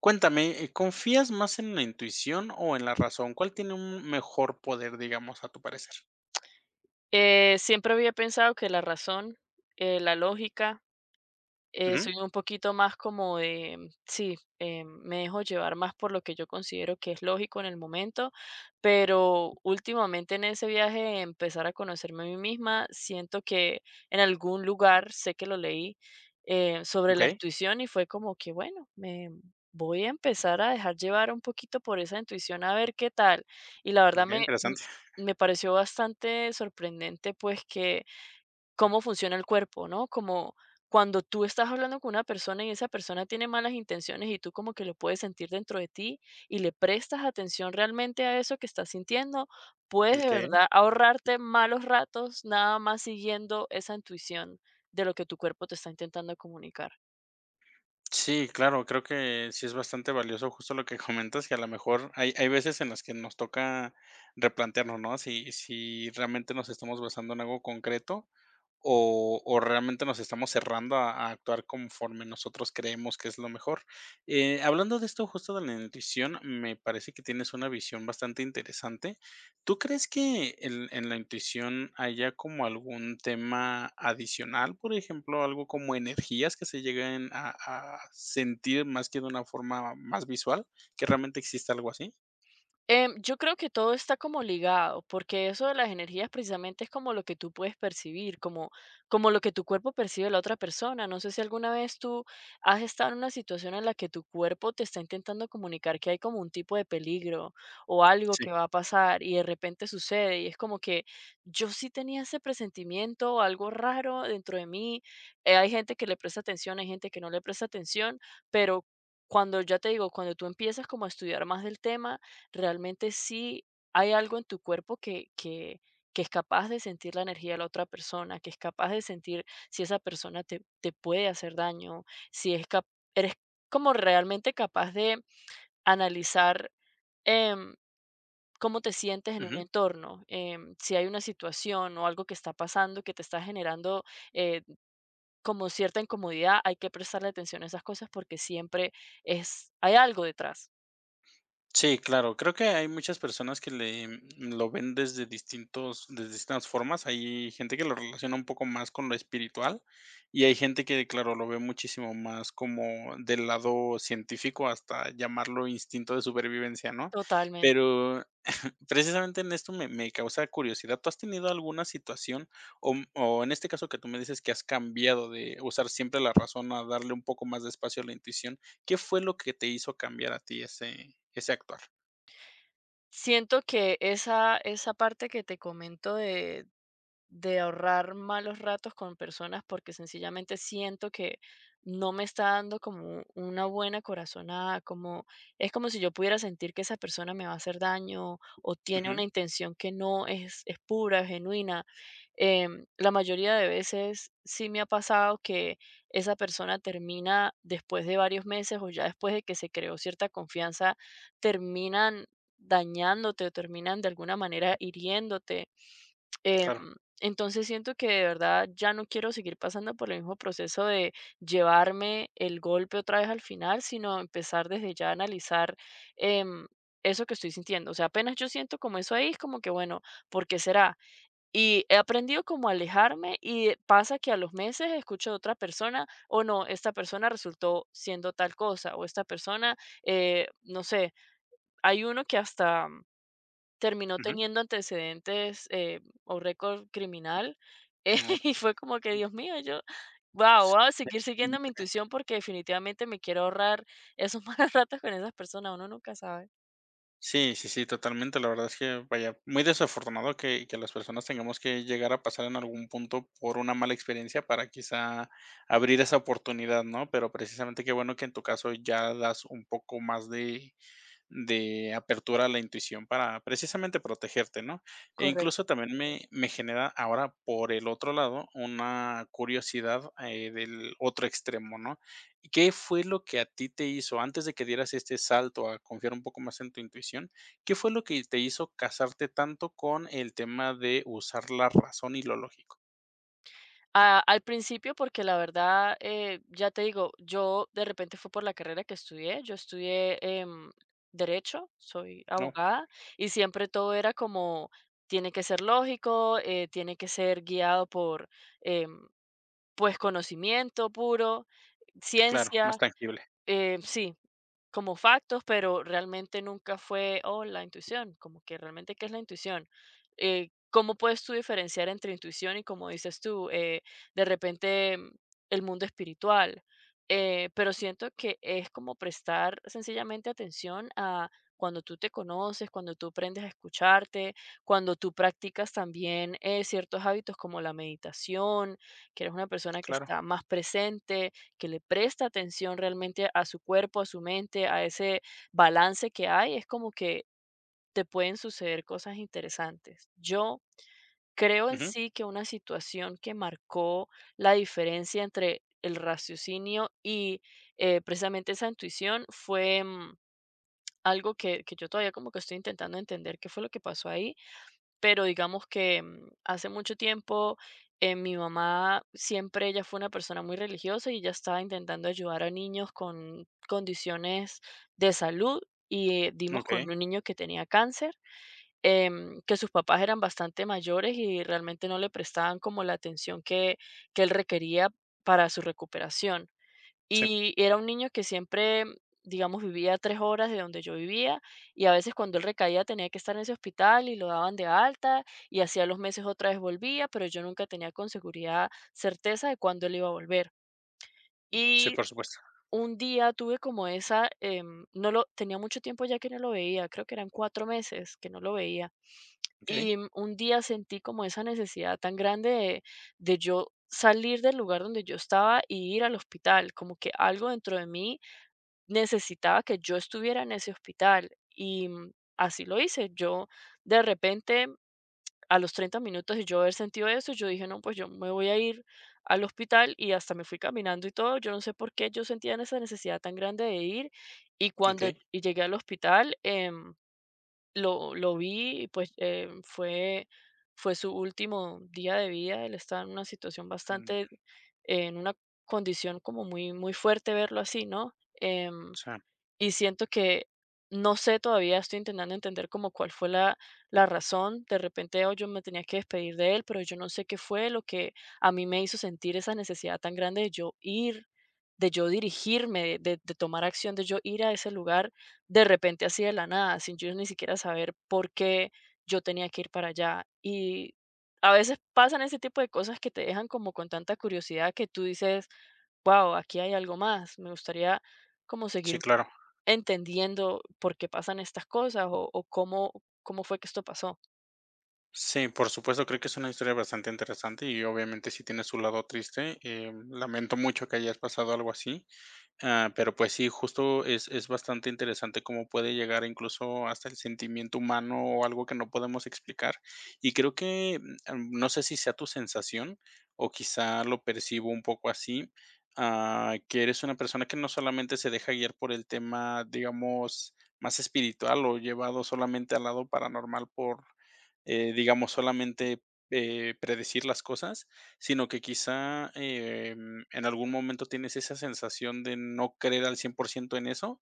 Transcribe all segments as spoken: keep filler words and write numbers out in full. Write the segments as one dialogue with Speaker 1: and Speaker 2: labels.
Speaker 1: Cuéntame, eh, ¿confías más en la intuición o en la razón? ¿Cuál tiene un mejor poder, digamos, a tu parecer?
Speaker 2: Eh, siempre había pensado que la razón, eh, la lógica, eh,
Speaker 1: Ujú.
Speaker 2: soy un poquito más como de, mm, sí, eh, me dejo llevar más por lo que yo considero que es lógico en el momento, pero últimamente en ese viaje de empezar a conocerme a mí misma, siento que en algún lugar, sé que lo leí, eh, sobre la
Speaker 1: Okey.
Speaker 2: intuición y fue como que, bueno, me voy a empezar a dejar llevar un poquito por esa intuición a ver qué tal. Y la verdad
Speaker 1: Okey,
Speaker 2: me,
Speaker 1: interesante.
Speaker 2: me pareció bastante sorprendente pues que cómo funciona el cuerpo, ¿no? Como cuando tú estás hablando con una persona y esa persona tiene malas intenciones y tú como que lo puedes sentir dentro de ti y le prestas atención realmente a eso que estás sintiendo, puedes de
Speaker 1: Okay.
Speaker 2: verdad ahorrarte malos ratos nada más siguiendo esa intuición de lo que tu cuerpo te está intentando comunicar.
Speaker 1: Sí, claro, creo que sí es bastante valioso justo lo que comentas, que a lo mejor hay hay veces en las que nos toca replantearnos, ¿no? Si si realmente nos estamos basando en algo concreto o o realmente nos estamos cerrando a a actuar conforme nosotros creemos que es lo mejor. Eh, hablando de esto justo de la intuición, me parece que tienes una visión bastante interesante. ¿Tú crees que en en la intuición haya como algún tema adicional? Por ejemplo, algo como energías que se lleguen a a sentir más que de una forma más visual, ¿que realmente exista algo así?
Speaker 2: Em, yo creo que todo está como ligado, porque eso de las energías precisamente es como lo que tú puedes percibir, como, como lo que tu cuerpo percibe de la otra persona. No sé si alguna vez tú has estado en una situación en la que tu cuerpo te está intentando comunicar que hay como un tipo de peligro o algo
Speaker 1: Sí.
Speaker 2: que va a pasar y de repente sucede y es como que yo sí tenía ese presentimiento o algo raro dentro de mí. Eh, hay gente que le presta atención, hay gente que no le presta atención, pero... cuando ya te digo, cuando tú empiezas como a estudiar más del tema, realmente sí hay algo en tu cuerpo que, que, que es capaz de sentir la energía de la otra persona, que es capaz de sentir si esa persona te, te puede hacer daño, si es cap- eres como realmente capaz de analizar em, cómo te sientes en un entorno, em, si hay una situación o algo que está pasando que te está generando eh, como cierta incomodidad, hay que prestarle atención a esas cosas porque siempre es, hay algo detrás.
Speaker 1: Sí, claro, creo que hay muchas personas que le mm, lo ven desde distintos desde distintas formas. Hay gente que lo relaciona un poco más con lo espiritual, y hay gente que, claro, lo ve muchísimo más como del lado científico, hasta llamarlo instinto de supervivencia, ¿no?
Speaker 2: Totalmente.
Speaker 1: Pero precisamente en esto me me causa curiosidad, ¿tú has tenido alguna situación, o mm, o en este caso que tú me dices que has cambiado de usar siempre la razón a darle un poco más de espacio a la intuición? ¿Qué fue lo que te hizo cambiar a ti ese ese actuar?
Speaker 2: Siento que esa esa parte que te comento de de ahorrar malos ratos con personas porque sencillamente siento que no me está dando como una buena corazonada, como es como si yo pudiera sentir que esa persona me va a hacer daño o tiene
Speaker 1: Ujú.
Speaker 2: una intención que no es, es pura, genuina. Em, la mayoría de veces sí me ha pasado que esa persona termina después de varios meses o ya después de que se creó cierta confianza, terminan dañándote o terminan de alguna manera hiriéndote. Em,
Speaker 1: Claro.
Speaker 2: entonces siento que de verdad ya no quiero seguir pasando por el mismo proceso de llevarme el golpe otra vez al final, sino empezar desde ya a analizar em, eso que estoy sintiendo. O sea, apenas yo siento como eso ahí, es como que bueno, ¿por qué será? Y he aprendido como a alejarme y pasa que a los meses escucho de otra persona o no, esta persona resultó siendo tal cosa o esta persona, eh, no sé, hay uno que hasta terminó
Speaker 1: Ujú.
Speaker 2: teniendo antecedentes, eh, o récord criminal, eh,
Speaker 1: No.
Speaker 2: y fue como que, Dios mío, yo, guau, voy a
Speaker 1: Sí,
Speaker 2: seguir siguiendo mi intuición porque definitivamente me quiero ahorrar esos malos ratos con esas personas, uno nunca sabe.
Speaker 1: sí, sí, sí, totalmente. La verdad es que, vaya, muy desafortunado que que las personas tengamos que llegar a pasar en algún punto por una mala experiencia para quizá abrir esa oportunidad, ¿no? Pero precisamente qué bueno que en tu caso ya das un poco más de de apertura a la intuición para precisamente protegerte, ¿no? E incluso
Speaker 2: Correcto.
Speaker 1: también me me genera ahora, por el otro lado, una curiosidad, eh, del otro extremo, ¿no? ¿Qué fue lo que a ti te hizo, antes de que dieras este salto a confiar un poco más en tu intuición, qué fue lo que te hizo casarte tanto con el tema de usar la razón y lo lógico?
Speaker 2: A al principio, porque la verdad, eh, ya te digo, yo de repente fue por la carrera que estudié, yo estudié, em, derecho, soy
Speaker 1: No,
Speaker 2: abogada, y siempre todo era como, tiene que ser lógico, eh, tiene que ser guiado por, em pues, conocimiento puro,
Speaker 1: claro, más
Speaker 2: ciencia,
Speaker 1: tangible.
Speaker 2: eh, sí, como factos, pero realmente nunca fue, oh, la intuición, como que realmente, ¿qué es la intuición? Eh, ¿Cómo puedes tú diferenciar entre intuición y, como dices tú, eh, de repente mm, el mundo espiritual? Eh, pero siento que es como prestar sencillamente atención a cuando tú te conoces, cuando tú aprendes a escucharte, cuando tú practicas también eh, ciertos hábitos como la meditación, que eres una persona que
Speaker 1: Claro.
Speaker 2: está más presente, que le presta atención realmente a su cuerpo, a su mente, a ese balance que hay, es como que te pueden suceder cosas interesantes. Yo creo en
Speaker 1: Ujú,
Speaker 2: sí que una situación que marcó la diferencia entre el raciocinio y eh, precisamente esa intuición fue mm, algo que, que yo todavía como que estoy intentando entender qué fue lo que pasó ahí, pero digamos que, mm, hace mucho tiempo, eh, mi mamá siempre ella fue una persona muy religiosa y ella estaba intentando ayudar a niños con condiciones de salud, y, eh, dimos con
Speaker 1: okey,
Speaker 2: un niño que tenía cáncer, em, que sus papás eran bastante mayores y realmente no le prestaban como la atención que que él requería para su recuperación.
Speaker 1: sí,
Speaker 2: Y era un niño que siempre, digamos, vivía a tres horas de donde yo vivía, y a veces cuando él recaía tenía que estar en ese hospital y lo daban de alta, y hacía los meses otra vez volvía, pero yo nunca tenía con seguridad certeza de cuándo él iba a volver.
Speaker 1: sí,
Speaker 2: Y
Speaker 1: por supuesto.
Speaker 2: un día tuve como esa, em, no lo tenía mucho tiempo ya que no lo veía, creo que eran cuatro meses que no lo veía.
Speaker 1: Okey,
Speaker 2: Y mm, un día sentí como esa necesidad tan grande de de yo salir del lugar donde yo estaba y ir al hospital, como que algo dentro de mí necesitaba que yo estuviera en ese hospital y mm, así lo hice. Yo de repente, a los treinta minutos de yo haber sentido eso, yo dije, no, pues yo me voy a ir al hospital y hasta me fui caminando y todo. Yo no sé por qué yo sentía esa necesidad tan grande de ir y cuando
Speaker 1: okey,
Speaker 2: y llegué al hospital, em, lo, lo vi y pues em, fue, fue su último día de vida. Él estaba en una situación
Speaker 1: mm,
Speaker 2: bastante, en una condición como muy, muy fuerte verlo así, ¿no? Em,
Speaker 1: sí,
Speaker 2: y siento que no sé todavía, estoy intentando entender como cuál fue la, la razón. De repente, oh, yo me tenía que despedir de él, pero yo no sé qué fue lo que a mí me hizo sentir esa necesidad tan grande de yo ir, de yo dirigirme, de, de tomar acción, de yo ir a ese lugar de repente así de la nada, sin yo ni siquiera saber por qué yo tenía que ir para allá. Y a veces pasan ese tipo de cosas que te dejan como con tanta curiosidad que tú dices, wow, aquí hay algo más, me gustaría como
Speaker 1: sí,
Speaker 2: seguir
Speaker 1: claro.
Speaker 2: entendiendo por qué pasan estas cosas o o cómo cómo fue que esto pasó.
Speaker 1: Sí, por supuesto, creo que es una historia bastante interesante y obviamente sí tiene su lado triste. Em, lamento mucho que hayas pasado algo así. Ah, pero pues sí, justo es es bastante interesante cómo puede llegar incluso hasta el sentimiento humano o algo que no podemos explicar. Y creo que, mm, no sé si sea tu sensación o quizá lo percibo un poco así, ah, que eres una persona que no solamente se deja guiar por el tema, digamos, más espiritual o llevado solamente al lado paranormal por, eh, digamos, solamente, eh, predecir las cosas, sino que quizá, em, en algún momento tienes esa sensación de no creer al cien por ciento en eso,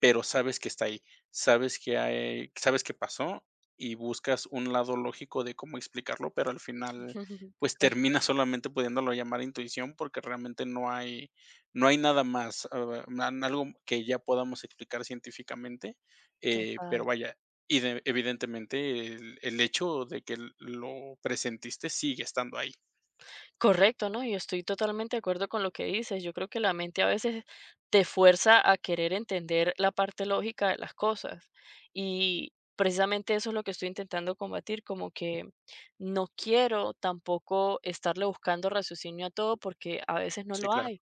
Speaker 1: pero sabes que está ahí, sabes que hay sabes que pasó y buscas un lado lógico de cómo explicarlo, pero al final, pues,
Speaker 2: Cor
Speaker 1: termina solamente pudiéndolo llamar intuición, porque realmente no hay no hay nada más, ah, nan algo que ya podamos explicar científicamente, eh, pero
Speaker 2: total.
Speaker 1: vaya, y de evidentemente el el hecho de que lo presentiste sigue estando ahí.
Speaker 2: Correcto, ¿no? Yo estoy totalmente de acuerdo con lo que dices. Yo creo que la mente a veces te fuerza a querer entender la parte lógica de las cosas. Y precisamente eso es lo que estoy intentando combatir, como que no quiero tampoco estarle buscando raciocinio a todo porque a veces no
Speaker 1: Sí,
Speaker 2: lo
Speaker 1: claro.
Speaker 2: hay.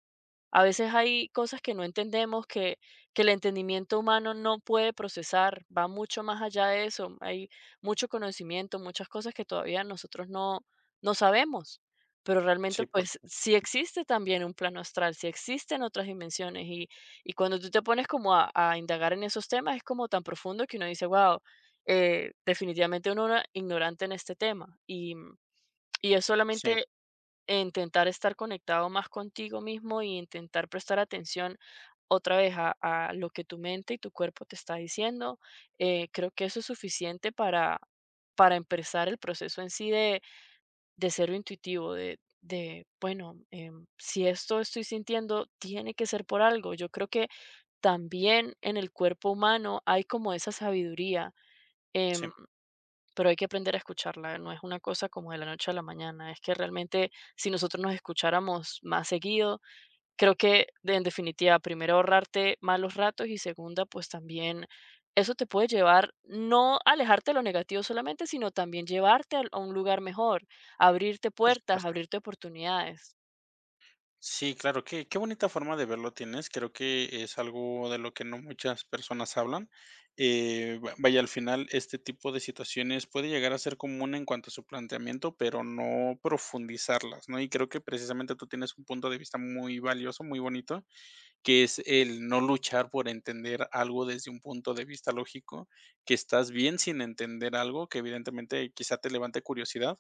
Speaker 2: A veces hay cosas que no entendemos, que, que el entendimiento humano no puede procesar, va mucho más allá de eso. Hay mucho conocimiento, muchas cosas que todavía nosotros no, no sabemos, pero realmente
Speaker 1: Sí, por
Speaker 2: pues
Speaker 1: supuesto.
Speaker 2: sí existe también un plano astral, sí existen otras dimensiones y, y cuando tú te pones como a, a indagar en esos temas es como tan profundo que uno dice, wow, definitivamente uno era ignorante en este tema y, y es
Speaker 1: Sí,
Speaker 2: solamente e intentar estar conectado más contigo mismo y intentar prestar atención otra vez a, a lo que tu mente y tu cuerpo te está diciendo. Eh, creo que eso es suficiente para, para empezar el proceso en sí de, de ser intuitivo, de, de bueno, em, si esto estoy sintiendo, tiene que ser por algo. Yo creo que también en el cuerpo humano hay como esa sabiduría.
Speaker 1: sí,
Speaker 2: em, pero hay que aprender a escucharla, no es una cosa como de la noche a la mañana, es que realmente si nosotros nos escucháramos más seguido, creo que de- en definitiva, primero ahorrarte malos ratos y segunda, pues también eso te puede llevar no a alejarte de lo negativo solamente, sino también llevarte al- a un lugar mejor, abrirte
Speaker 1: por
Speaker 2: puertas,
Speaker 1: supuesto.
Speaker 2: abrirte oportunidades.
Speaker 1: Sí, claro, qué qué bonita forma de verlo tienes. Creo que es algo de lo que no muchas personas hablan. Eh, va vaya, al final, este tipo de situaciones puede llegar a ser común en cuanto a su planteamiento, pero no profundizarlas, ¿no? Y creo que precisamente tú tienes un punto de vista muy valioso, muy bonito, que es el no luchar por entender algo desde un punto de vista lógico, que estás bien sin entender algo, que evidentemente quizá te levante curiosidad,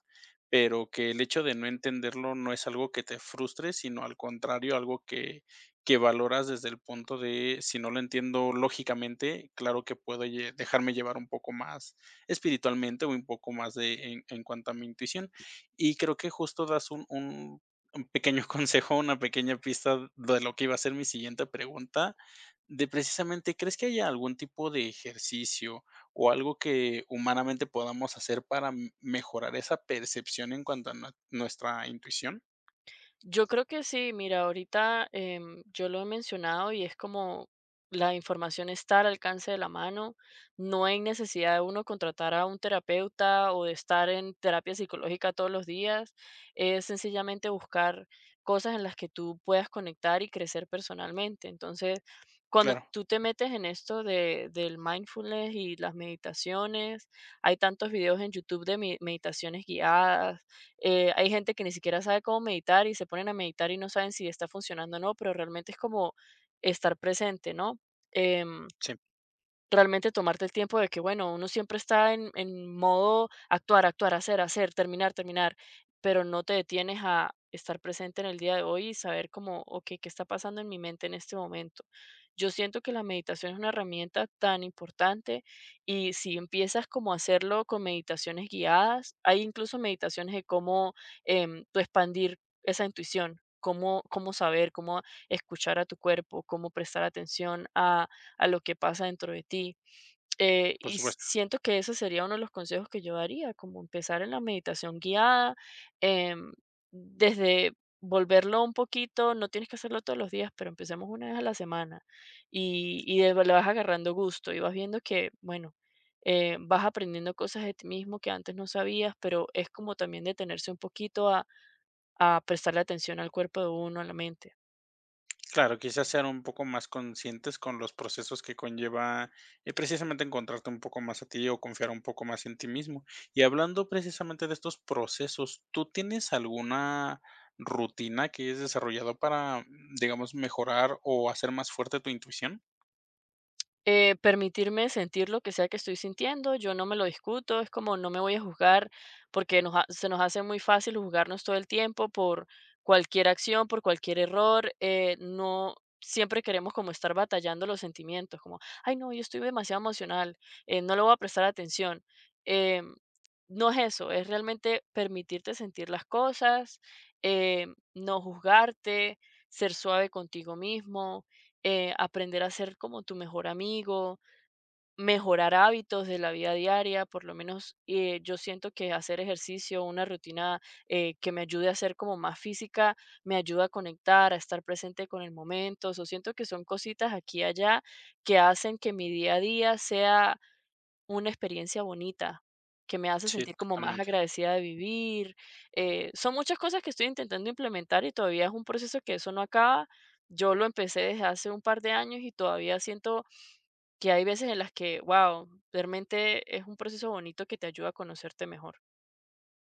Speaker 1: pero que el hecho de no entenderlo no es algo que te frustre, sino al contrario, algo que, que valoras desde el punto de, si no lo entiendo lógicamente, claro que puedo lle- dejarme llevar un poco más espiritualmente o un poco más de, en, en cuanto a mi intuición. Y creo que justo das un, un un pequeño consejo, una pequeña pista de lo que iba a ser mi siguiente pregunta, de precisamente, ¿crees que haya algún tipo de ejercicio o algo que humanamente podamos hacer para m mejorar esa percepción en cuanto a nue nuestra intuición?
Speaker 2: Yo creo que sí, mira, ahorita em, yo lo he mencionado y es como la información está al alcance de la mano, no hay necesidad de uno contratar a un terapeuta o de estar en terapia psicológica todos los días, es sencillamente buscar cosas en las que tú puedas conectar y crecer personalmente. Entonces, cuando
Speaker 1: Claro,
Speaker 2: tú te metes en esto de, del mindfulness y las meditaciones, hay tantos videos en YouTube de mi- meditaciones guiadas. Eh, hay gente que ni siquiera sabe cómo meditar y se ponen a meditar y no saben si está funcionando o no, pero realmente es como estar presente, ¿no? Em,
Speaker 1: sí,
Speaker 2: Realmente tomarte el tiempo de que, bueno, uno siempre está en en modo actuar, actuar, hacer, hacer, terminar, terminar, pero no te detienes a estar presente en el día de hoy y saber como, ok, ¿qué está pasando en mi mente en este momento? Yo siento que la meditación es una herramienta tan importante y si empiezas como a hacerlo con meditaciones guiadas, hay incluso meditaciones de cómo, em, tú expandir esa intuición, cómo cómo saber, cómo escuchar a tu cuerpo, cómo prestar atención a a lo que pasa dentro de ti. Eh,
Speaker 1: por
Speaker 2: y
Speaker 1: supuesto.
Speaker 2: siento que ese sería uno de los consejos que yo daría, como empezar en la meditación guiada, em, desde volverlo un poquito, no tienes que hacerlo todos los días, pero empecemos una vez a la semana y, y de- le vas agarrando gusto y vas viendo que, bueno, eh, vas aprendiendo cosas de ti mismo que antes no sabías, pero es como también detenerse un poquito a, a prestarle atención al cuerpo de uno, a la mente.
Speaker 1: Claro, quizás ser un poco más conscientes con los procesos que conlleva, eh, precisamente encontrarte un poco más a ti o confiar un poco más en ti mismo. Y hablando precisamente de estos procesos, ¿tú tienes alguna rutina que hayas desarrollado para, digamos, mejorar o hacer más fuerte tu intuición?
Speaker 2: Eh, permitirme sentir lo que sea que estoy sintiendo, yo no me lo discuto, es como no me voy a juzgar, porque nos ha- se nos hace muy fácil juzgarnos todo el tiempo por cualquier acción, por cualquier error, eh, no siempre queremos como estar batallando los sentimientos, como, ay no, yo estoy demasiado emocional, eh, no le voy a prestar atención. Eh, no es eso, es realmente permitirte sentir las cosas, eh, no juzgarte, ser suave contigo mismo, eh, aprender a ser como tu mejor amigo, mejorar hábitos de la vida diaria, por lo menos eh, yo siento que hacer ejercicio, una rutina eh, que me ayude a ser como más física, me ayuda a conectar, a estar presente con el momento, o siento que son cositas aquí y allá que hacen que mi día a día sea una experiencia bonita, que me hace
Speaker 1: Sí,
Speaker 2: sentir como más
Speaker 1: totalmente.
Speaker 2: agradecida de vivir. Eh, son muchas cosas que estoy intentando implementar y todavía es un proceso que eso no acaba. Yo lo empecé desde hace un par de años y todavía siento que hay veces en las que, wow, realmente es un proceso bonito que te ayuda a conocerte mejor.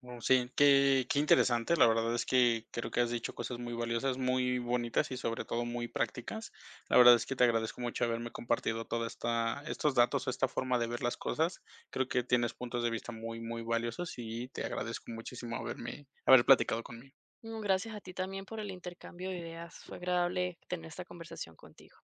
Speaker 1: No, sí, qué qué interesante, la verdad es que creo que has dicho cosas muy valiosas, muy bonitas y sobre todo muy prácticas. La verdad es que te agradezco mucho haberme compartido toda esta estos datos, esta forma de ver las cosas. Creo que tienes puntos de vista muy, muy valiosos y te agradezco muchísimo haberme haber platicado conmigo.
Speaker 2: Mm, gracias a ti también por el intercambio de ideas. Fue agradable tener esta conversación contigo.